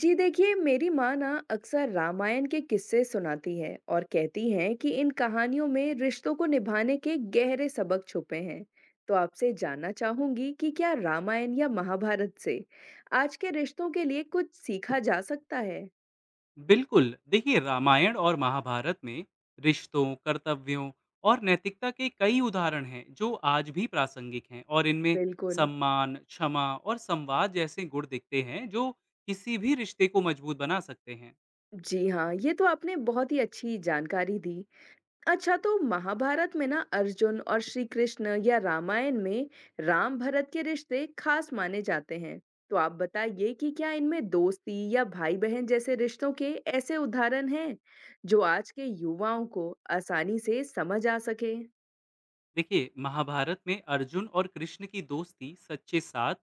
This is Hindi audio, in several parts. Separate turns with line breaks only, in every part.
जी देखिए, मेरी माँ ना अक्सर रामायण के किस्से सुनाती है और कहती हैं कि इन कहानियों में रिश्तों को निभाने के गहरे सबक छुपे हैं। तो आपसे जानना चाहूंगी कि क्या रामायण या महाभारत से आज के रिश्तों के लिए कुछ सीखा जा सकता है।
बिल्कुल देखिए रामायण और महाभारत में रिश्तों कर्तव्यों और नैतिकता के कई उदाहरण हैं जो आज भी प्रासंगिक हैं। और इनमें
बिल्कुल।
सम्मान क्षमा और संवाद जैसे गुण दिखते हैं जो किसी भी रिश्ते को मजबूत बना सकते हैं।
जी हाँ, ये तो आपने बहुत ही अच्छी जानकारी दी। अच्छा, तो महाभारत में ना अर्जुन और श्री कृष्ण या रामायण में राम भरत के रिश्ते खास माने जाते हैं। तो आप बताइए कि क्या इनमें दोस्ती या भाई बहन जैसे रिश्तों के ऐसे उदाहरण हैं जो आज के युवाओं को आसानी से समझ आ सके।
देखिए महाभारत में अर्जुन और कृष्ण की दोस्ती सच्चे साथ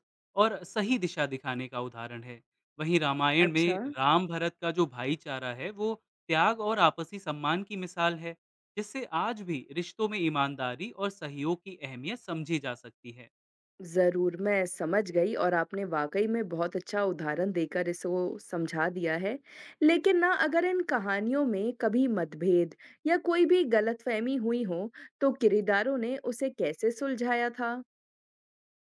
और सही दिशा दिखाने का उदाहरण है। वहीं रामायण
अच्छा।
में राम भरत का जो भाईचारा है वो त्याग और आपसी सम्मान की मिसाल है, जिससे आज भी रिश्तों में ईमानदारी और सहयोग की अहमियत समझी जा सकती है।
ज़रूर, मैं समझ गई और आपने वाक़ई में बहुत अच्छा उदाहरण देकर इसको समझा दिया है। लेकिन ना अगर इन कहानियों में कभी मतभेद या कोई भी गलतफ़हमी हुई हो, तो किरदारों ने उसे कैसे सुलझाया था?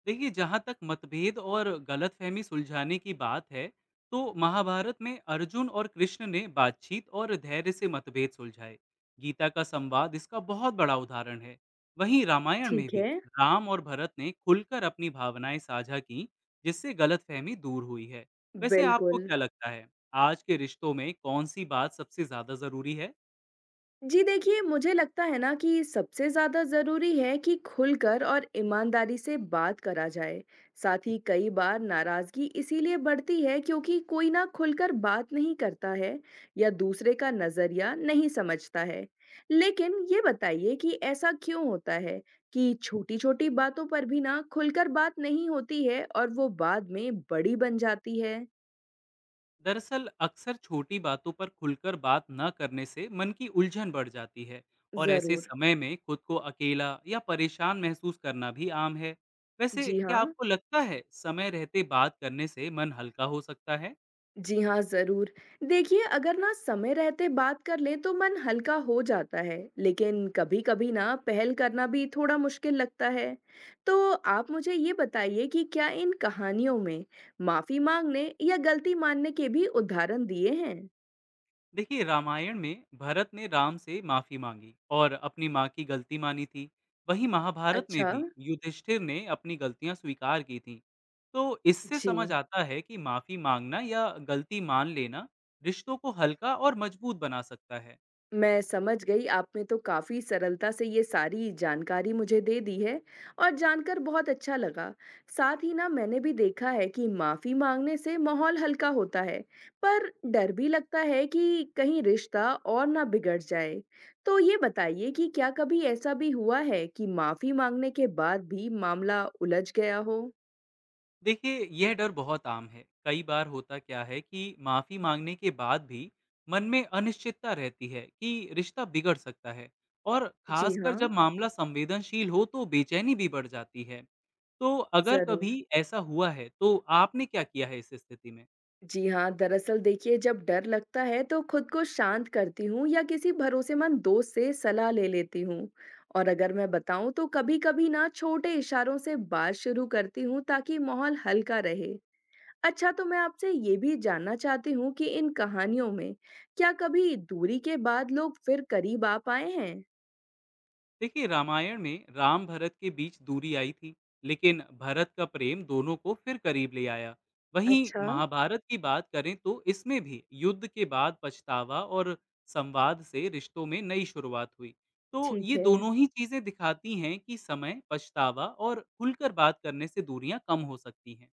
देखिए, जहाँ तक मतभेद और गलतफहमी सुलझाने की बात है, तो महाभारत में अर्जुन और कृष्ण ने बातचीत और धैर्य से मतभेद सुलझाए। गीता का संवाद इसका बहुत बड़ा उदाहरण है। वहीं रामायण में
ठीक
भी
है।
राम और भरत ने खुलकर अपनी भावनाएं साझा की, जिससे गलतफहमी दूर हुई है। वैसे आपको
बिल्कुल।
क्या लगता है, आज के रिश्तों में कौन सी बात सबसे ज्यादा जरूरी है?
जी देखिए, मुझे लगता है ना कि सबसे ज़्यादा ज़रूरी है कि खुलकर और ईमानदारी से बात करा जाए। साथ ही कई बार नाराज़गी इसीलिए बढ़ती है क्योंकि कोई ना खुलकर बात नहीं करता है या दूसरे का नज़रिया नहीं समझता है। लेकिन ये बताइए कि ऐसा क्यों होता है कि छोटी-छोटी बातों पर भी ना खुलकर बात नहीं होती है और वो बाद में बड़ी बन जाती है?
दरअसल अक्सर छोटी बातों पर खुलकर बात न करने से मन की उलझन बढ़ जाती है। और ऐसे
ज़रूर।
समय में खुद को अकेला या परेशान महसूस करना भी आम है। वैसे
जी
क्या
हाँ।
आपको लगता है समय रहते बात करने से मन हल्का हो सकता है?
जी हाँ, ज़रूर। देखिए, अगर ना समय रहते बात कर लें तो मन हल्का हो जाता है, लेकिन कभी-कभी ना पहल करना भी थोड़ा मुश्किल लगता है। तो आप मुझे ये बताइए कि क्या इन कहानियों में माफ़ी माँगने या गलती मानने के भी उदाहरण दिए हैं?
देखिए रामायण में भरत ने राम से माफी मांगी और अपनी माँ की गलती मानी थी। वहीं महाभारत में
अच्छा।
भी युधिष्ठिर ने अपनी गलतियां स्वीकार की थी। तो इससे
जी।
समझ आता है कि माफी मांगना या गलती मान लेना रिश्तों को हल्का और मजबूत बना सकता है।
मैं समझ गई, आपने तो काफ़ी सरलता से ये सारी जानकारी मुझे दे दी है और जानकर बहुत अच्छा लगा। साथ ही ना मैंने भी देखा है कि माफ़ी माँगने से माहौल हल्का होता है, पर डर भी लगता है कि कहीं रिश्ता और ना बिगड़ जाए। तो ये बताइए कि क्या कभी ऐसा भी हुआ है कि माफ़ी माँगने के बाद भी मामला उलझ गया हो?
देखिए यह डर बहुत आम है। कई बार होता क्या है कि माफी मांगने के बाद भी मन में अनिश्चितता रहती है कि रिश्ता बिगड़ सकता है। और
जी
खासकर
हाँ।
जब मामला संवेदनशील हो तो बेचैनी भी बढ़ जाती है। तो अगर
ज़रूर।
कभी ऐसा हुआ है तो आपने क्या किया है इस स्थिति में?
जी हाँ, दरअसल देखिए, जब डर लगता है तो खुद को शांत करती हूँ या किसी भरोसेमंद दोस्त से सलाह ले लेती हूँ। और अगर मैं बताऊँ तो कभी-कभी ना छोटे इशारों से बात शुरू करती हूँ ताकि माहौल हल्का रहे। अच्छा, तो मैं आपसे ये भी जानना चाहती हूँ कि इन कहानियों में क्या कभी दूरी के बाद लोग फिर करीब आ पाए हैं?
देखिए रामायण में राम भरत के बीच दूरी आई थी, लेकिन भरत का प्रेम दोनों को फिर करीब ले आया। वहीं
अच्छा।
महाभारत की बात करें तो इसमें भी युद्ध के बाद पछतावा और संवाद से रिश्तों में नई शुरुआत हुई। तो
ठीक
ये
है।
दोनों ही चीजें दिखाती हैं कि समय पछतावा और खुलकर बात करने से दूरियां कम हो सकती हैं।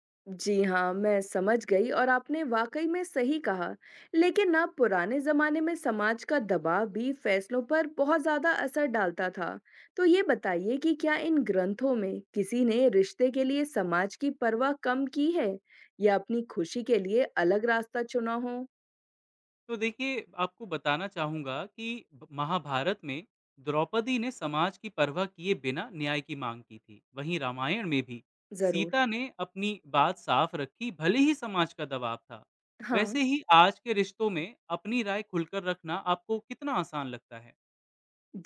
जी हाँ, मैं समझ गई और आपने वाकई में सही कहा। लेकिन ना पुराने ज़माने में समाज का दबाव भी फैसलों पर बहुत ज़्यादा असर डालता था। तो ये बताइए कि क्या इन ग्रंथों में किसी ने रिश्ते के लिए समाज की परवाह कम की है या अपनी खुशी के लिए अलग रास्ता चुना हो?
तो देखिए, आपको बताना चाहूँगा कि ब महाभारत में द्रौपदी ने समाज की परवाह किए बिना न्याय की माँग की थी। वहीं रामायण में भी
ज़रूर।
सीता ने अपनी बात साफ रखी, भले ही समाज का दबाव था।
हाँ।
वैसे ही आज के रिश्तों में अपनी राय खुलकर रखना आपको कितना आसान लगता है?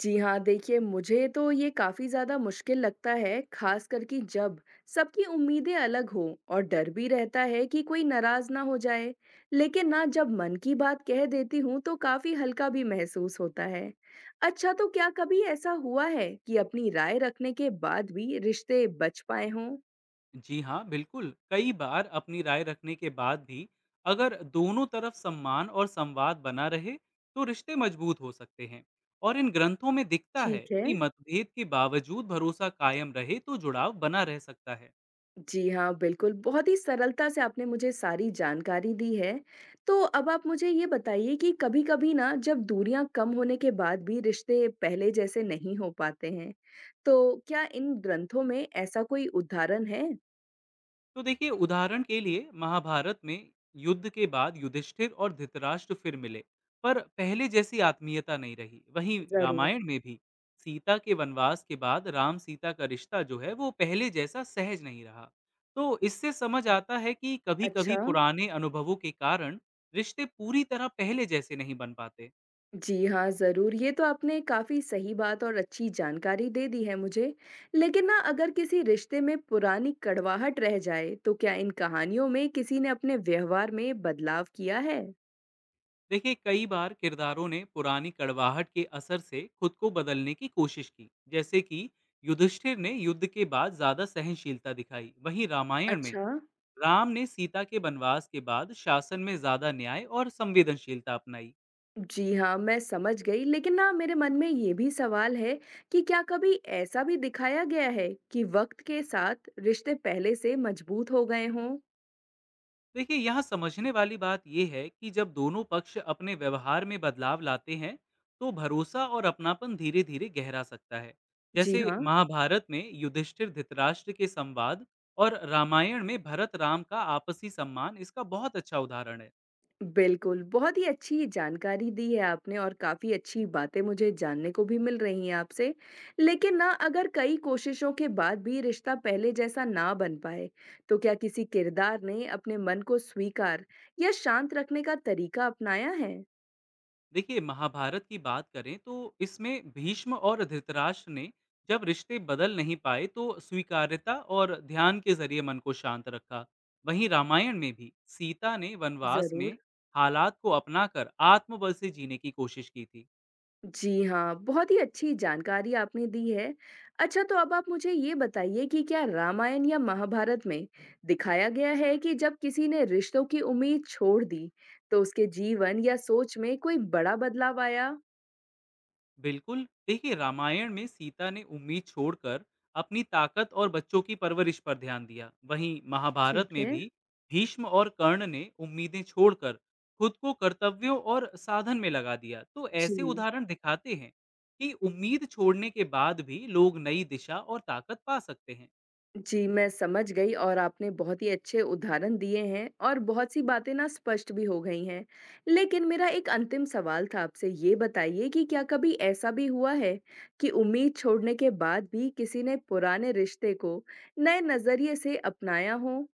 जी हाँ, देखिए, मुझे तो ये काफ़ी ज़्यादा मुश्किल लगता है, ख़ासकर कि जब सबकी उम्मीदें अलग हों और डर भी रहता है कि कोई नाराज़ ना हो जाए। लेकिन ना जब मन की बात कह देती हूँ तो काफ़ी हल्का भी महसूस होता है। अच्छा, तो क्या कभी ऐसा हुआ है कि अपनी राय रखने के बाद भी रिश्ते बच पाए हों?
जी हाँ, बिल्कुल। कई बार अपनी राय रखने के बाद भी अगर दोनों तरफ सम्मान और संवाद बना रहे, तो रिश्ते मजबूत हो सकते हैं। और इन ग्रंथों में दिखता है
ठीक है।
कि मतभेद के बावजूद भरोसा कायम रहे तो जुड़ाव बना रह सकता है।
जी हाँ, बिल्कुल, बहुत ही सरलता से आपने मुझे सारी जानकारी दी है। तो अब आप मुझे ये बताइए कि कभी-कभी ना जब दूरियाँ कम होने के बाद भी रिश्ते पहले जैसे नहीं हो पाते हैं, तो क्या इन ग्रंथों में ऐसा कोई उदाहरण है?
तो देखिए उदाहरण के लिए महाभारत में युद्ध के बाद युधिष्ठिर और धृतराष्ट्र फिर मिले पर पहले जैसी आत्मीयता नहीं रही। वहीं
ज़रूर।
रामायण में भी सीता के वनवास के बाद राम सीता का रिश्ता जो है वो पहले जैसा सहज नहीं रहा। तो इससे समझ आता है कि कभी-कभी
अच्छा।
पुराने अनुभवों के कारण रिश्ते पूरी तरह पहले जैसे नहीं बन पाते।
जी हाँ, ज़रूर। ये तो आपने काफ़ी सही बात और अच्छी जानकारी दे दी है मुझे। लेकिन ना अगर किसी रिश्ते में पुरानी कड़वाहट रह जाए, तो क्या इन कहानियों में किसी ने अपने व्यवहार में बदलाव किया है?
देखिए कई बार किरदारों ने पुरानी कड़वाहट के असर से खुद को बदलने की कोशिश की, जैसे कि युधिष्ठिर ने युद्ध के बाद ज्यादा सहनशीलता दिखाई। वहीं रामायण में
अच्छा।
राम ने सीता के वनवास के बाद शासन में ज्यादा न्याय और संवेदनशीलता अपनाई।
जी हाँ, मैं समझ गई, लेकिन ना मेरे मन में ये भी सवाल है कि क्या कभी ऐसा भी दिखाया गया है कि वक़्त के साथ रिश्ते पहले से मज़बूत हो गए हों?
देखिए यहाँ समझने वाली बात यह है कि जब दोनों पक्ष अपने व्यवहार में बदलाव लाते हैं तो भरोसा और अपनापन धीरे धीरे गहरा सकता है।
जी
जैसे
हाँ।
महाभारत में युधिष्ठिर धृतराष्ट्र के संवाद और रामायण में भरत राम का आपसी सम्मान इसका बहुत अच्छा उदाहरण है।
बिल्कुल। बहुत ही अच्छी जानकारी दी है आपने और काफ़ी अच्छी बातें मुझे जानने को भी मिल रही हैं आपसे। लेकिन ना अगर कई कोशिशों के बाद भी रिश्ता पहले जैसा ना बन पाए, तो क्या किसी किरदार ने अपने मन को स्वीकार या शांत रखने का तरीका अपनाया है?
देखिए महाभारत की बात करें तो इसमें भीष्म और धृतराष्ट्र ने जब रिश्ते बदल नहीं पाए तो स्वीकार्यता और ध्यान के जरिए मन को शांत रखा। वहीं रामायण में भी सीता ने वनवास में
ज़रूर।
हालात को अपनाकर आत्मबल से जीने की कोशिश की थी।
जी हाँ, बहुत ही अच्छी जानकारी आपने दी है। अच्छा, तो अब आप मुझे ये बताइए कि क्या रामायण या महाभारत में दिखाया गया है कि जब किसी ने रिश्तों की उम्मीद छोड़ दी, तो उसके जीवन या सोच में कोई बड़ा बदलाव आया?
बिल्कुल देखिए रामायण में सीता ने उम्मीद छोड़कर अपनी ताकत और बच्चों की परवरिश पर ध्यान दिया। वहीं महाभारत
ठीक
में
है।
भी भीष्म और कर्ण ने उम्मीदें छोड़कर खुद को कर्तव्यों और साधन में लगा दिया। तो ऐसे
जी।
उदाहरण दिखाते हैं कि उम्मीद छोड़ने के बाद भी लोग नई दिशा और ताकत पा सकते हैं।
जी, मैं समझ गई और आपने बहुत ही अच्छे उदाहरण दिए हैं और बहुत सी बातें ना स्पष्ट भी हो गई हैं। लेकिन मेरा एक अंतिम सवाल था, आपसे ये बताइए कि क्या कभी ऐसा भी हुआ है कि उम्मीद छोड़ने के बाद भी किसी ने पुराने रिश्ते को नए नज़रिए से अपनाया हो?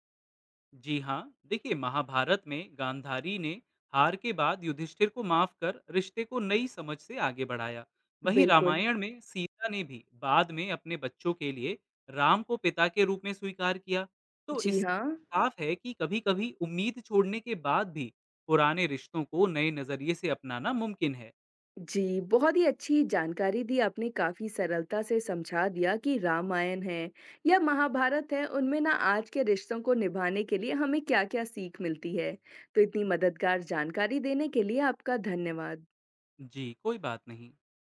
जी हाँ। देखिए महाभारत में गांधारी ने हार के बाद युधिष्ठिर को माफ कर रिश्ते को नई समझ से आगे बढ़ाया। वहीं अच्छा
बिल्कुल।
रामायण में सीता ने भी बाद में अपने बच्चों के लिए राम को पिता के रूप में स्वीकार किया। तो
जी
इससे
हाँ।
साफ है कि कभी कभी उम्मीद छोड़ने के बाद भी पुराने रिश्तों को नए नजरिए से अपनाना मुमकिन है।
जी, बहुत ही अच्छी जानकारी दी आपने, काफ़ी सरलता से समझा दिया कि रामायण है या महाभारत है, उनमें ना आज के रिश्तों को निभाने के लिए हमें क्या-क्या सीख मिलती है। तो इतनी मददगार जानकारी देने के लिए आपका धन्यवाद।
जी कोई बात नहीं।